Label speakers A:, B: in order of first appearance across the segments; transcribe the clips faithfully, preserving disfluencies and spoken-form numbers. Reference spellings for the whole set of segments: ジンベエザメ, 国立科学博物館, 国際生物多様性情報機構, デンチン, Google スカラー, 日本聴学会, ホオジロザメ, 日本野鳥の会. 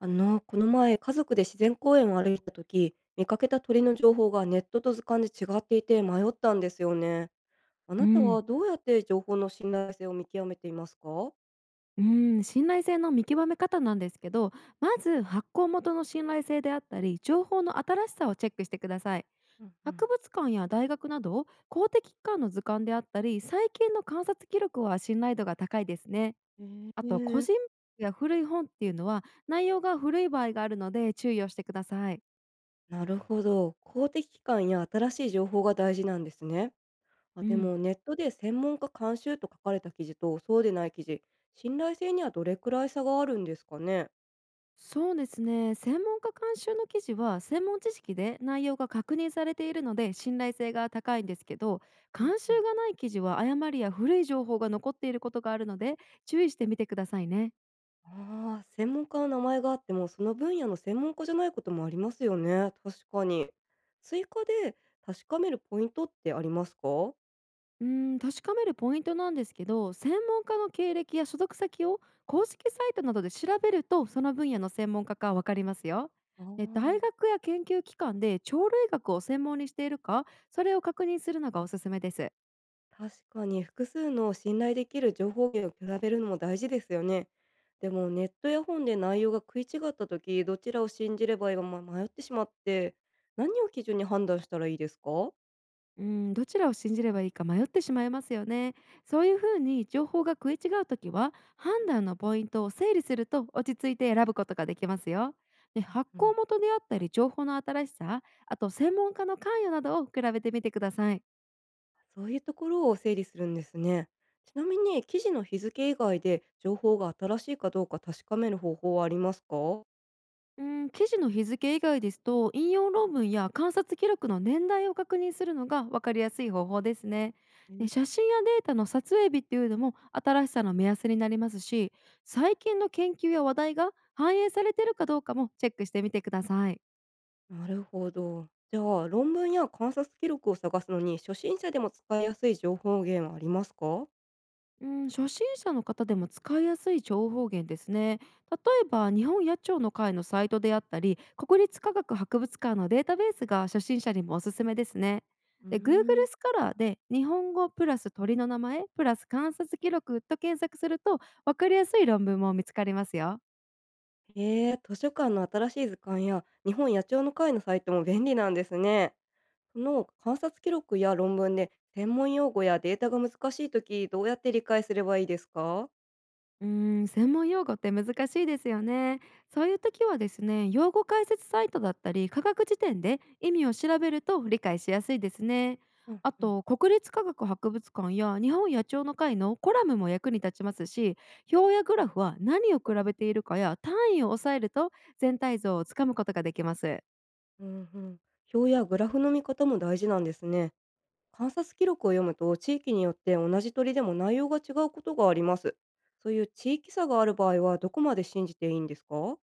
A: あの、この前、家族で自然公園を歩いた時、見かけた鳥の情報がネットと図鑑で違っていて迷ったんですよね。あ
B: う
A: なたは
B: ん、
A: どうやって情報の信頼性を見極めていますか？
B: うん、信頼性の見極め方なんですけど、まず発行元の信頼性であったり情報の新しさをチェックしてください。
A: うんう
B: 博
A: ん。
B: 物館や大学など公的機関の図鑑であったり最近の観察記録は信頼度が高いですね。
A: え
B: あと個
A: ー、
B: 人や古い本っていうのは内容が古い場合があるので注意をしてください。
A: なるほど。公的機関や新しい情報が大事なんですね。あ
B: う
A: で
B: ん、
A: も、ネットで専門家監修と書かれた記事とそうでない記事、信頼性にはどれくらい差があるんですかね？
B: そうですね、専門家監修の記事は専門知識で内容が確認されているので信頼性が高いんですけど、
A: うん
B: 監
A: う
B: 修
A: ん。
B: がない記事は誤りや古い情報が残っていることがあるので注意してみてくださいね。
A: ああ、専門家の名前があっても、その分野の専門家じゃないこともありますよね。確かに。追加で確かめるポイントってありますか？
B: うーん確かめるポイントなんですけど、専門家の経歴や所属先を公式サイトなどで調べると、その分野の専門家かわかりますよ。
A: あ
B: で、大
A: あ、
B: 学や研究機関で鳥類学を専門にしているか、それを確認するのがおすすめです。
A: 確かに複数の信頼できる情報源を比べるのも大事ですよね。でもネットや本で内容が食い違った時どちらを信じればいいかま迷ってしまって何を基準に判断したらいいですか、
B: うん、どちらを信じればいいか迷ってしまいますよね。そういうふうに情報が食い違うときは、判断のポイントを整理すると落ち着いて選ぶことができますよ。で、発
A: う
B: 行
A: ん、
B: 元であったり情報の新しさ、あと専門家の関与などを比べてみてください。
A: そういうところを整理するんですね。ちなみに記事の日付以外で情報が新しいかどうか確かめる方法はありますか？
B: うん、記事の日付以外ですと引用論文や観察記録の年代を確認するのが分かりやすい方法ですね。
A: うん。
B: で、写真やデータの撮影日っていうのも新しさの目安になりますし、最近の研究や話題が反映されているかどうかもチェックしてみてください。
A: なるほど。じゃあ論文や観察記録を探すのに初心者でも使いやすい情報源はありますか？
B: うん、初心者の方でも使いやすい情報源ですね。例えば日本野鳥の会のサイトであったり国立科学博物館のデータベースが初心者にもおすすめですね。
A: うー
B: で Google
A: ん。
B: スカラーで日本語プラス鳥の名前プラス観察記録と検索すると、分かりやすい論文も見つかりますよ。
A: へえ、図書館の新しい図鑑や日本野鳥の会のサイトも便利なんですね。その観察記録や論文で専門用語やデータが難しいときどうやって理解すればいいですか？
B: うーん、専門用語って難しいですよね。そういう時はですね、用語解説サイトだったり、科学辞典で意味を調べると理解しやすいですね。
A: うん
B: あ
A: うん。
B: と、国立科学博物館や日本野鳥の会のコラムも役に立ちますし、表やグラフは何を比べているかや単位を抑えると全体像をつかむことができます。
A: うんうん、表やグラフの見方も大事なんですね。観察記録を読むと地域によって同じ鳥でも内容が違うことがあります。そういう地域差がある場合はどこまで信じていいんですか？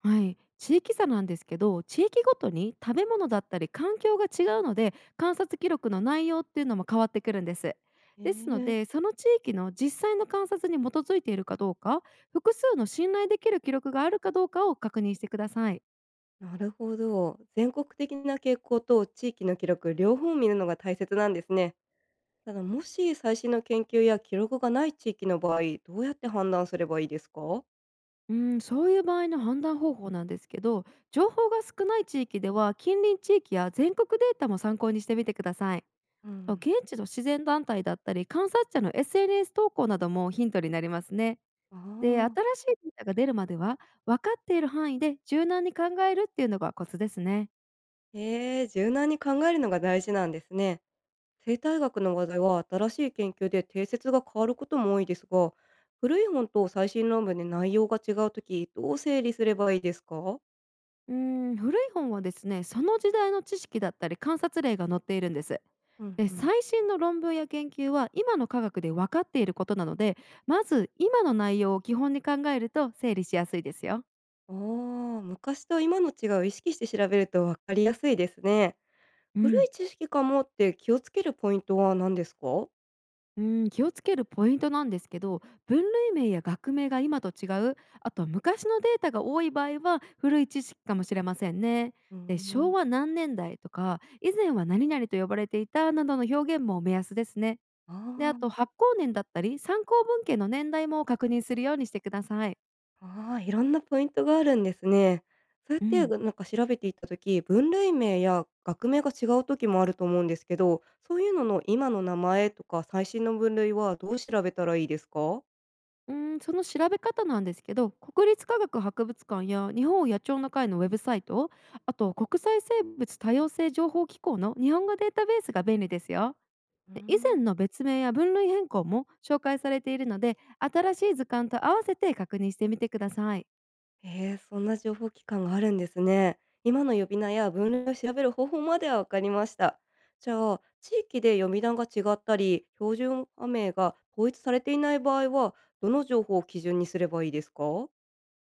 B: はい、地域差なんですけど、地域ごとに食べ物だったり環境が違うので観察記録の内容っていうのも変わってくるんです。
A: え
B: ですの
A: ー、
B: で、その地域の実際の観察に基づいているかどうか、複数の信頼できる記録があるかどうかを確認してください。
A: なるほど。全国的な傾向と地域の記録両方を見るのが大切なんですね。ただもし最新の研究や記録がない地域の場合どうやって判断すればいいですか？
B: うん、そういう場合の判断方法なんですけど、情報が少ない地域では近隣地域や全国データも参考にしてみてください。
A: うん。
B: 現地の自然団体だったり観察者の エスエヌエス 投稿などもヒントになりますね。
A: あ
B: で、新
A: あ。
B: しいデータが出るまでは、分かっている範囲で柔軟に考えるっていうのがコツですね。
A: へえ、柔軟に考えるのが大事なんですね。生態学の話題は新しい研究で定説が変わることも多いですが、古い本と最新論文で内容が違うとき、どう整理すればいいですか？
B: うーん、古い本はですね、その時代の知識だったり観察例が載っているんです。
A: うん
B: で、
A: うん。
B: 最新の論文や研究は今の科学で分かっていることなので、まず今の内容を基本に考えると整理しやすいですよ。
A: ああ、昔と今の違いを意識して調べると分かりやすいですね。
B: う
A: 古
B: ん。
A: い知識かもって気をつけるポイントは何ですか？
B: うん、気をつけるポイントなんですけど、分類名や学名が今と違う、あとは昔のデータが多い場合は古い知識かもしれませんね。
A: うー
B: で、昭
A: ん
B: 和何年代とか以前は何々と呼ばれていたなどの表現も目安ですね。で、あと
A: ああ。
B: 発行年だったり参考文献の年代も確認するようにしてください。
A: ああ、いろんなポイントがあるんですね。そうやっ
B: う
A: て、
B: ん、
A: なんか調べていったとき、分類名や学名が違うときもあると思うんですけど、そういうのの今の名前とか最新の分類はどう調べたらいいですか？
B: うーん、その調べ方なんですけど、国立科学博物館や日本野鳥の会のウェブサイト、あと国際生物多様性情報機構の日本語データベースが便利ですよ。
A: うー
B: で、以
A: ん。
B: 前の別名や分類変更も紹介されているので、新しい図鑑と合わせて確認してみてください。
A: ええ、そんな情報機関があるんですね。今の呼び名や分類を調べる方法までは分かりました。じゃあ、地域で呼び名が違ったり、標準化名が統一されていない場合は、どの情報を基準にすればいいですか？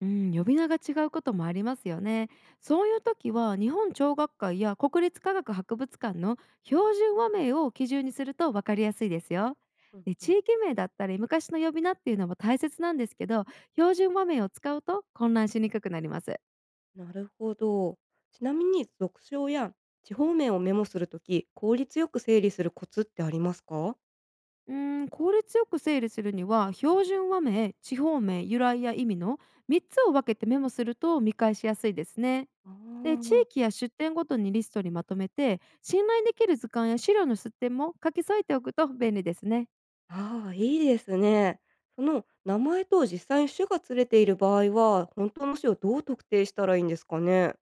B: うん、呼び名が違うこともありますよね。そういう時は日本聴学会や国立科学博物館の標準和名を基準にすると分かりやすいですよ。
A: うん
B: で、
A: う
B: 地
A: ん。
B: 域名だったり昔の呼び名っていうのも大切なんですけど、標準和名を使うと混乱しにくくなります。
A: なるほど。ちなみに俗称や地方面をメモするとき、効率よく整理するコツってありますか？
B: うーん効率よく整理するには、標準和名、地方名、由来や意味のみっつを分けてメモすると見返しやすいですね。で、地
A: あ
B: 域や出店ごとにリストにまとめて、信頼できる図鑑や資料の出典も書き添えておくと便利ですね。
A: あ、ああ、いいですね。その名前と実際に種が連れている場合は、本当の種をどう特定したらいいんですかね？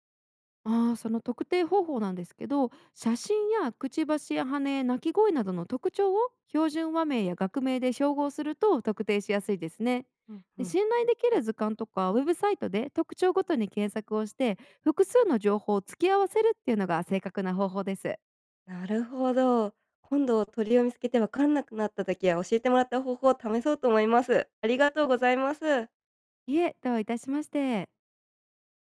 B: ああ、その特定方法なんですけど、写真やくちばしや羽、鳴き声などの特徴を標準和名や学名で照合すると特定しやすいですね。
A: うんう
B: で、
A: ん。
B: 信頼できる図鑑とかウェブサイトで特徴ごとに検索をして、複数の情報を突き合わせるっていうのが正確な方法です。
A: なるほど。今度鳥を見つけて分かんなくなった時は教えてもらった方法を試そうと思います。ありがとうございます。
B: いえ、どういたしまして。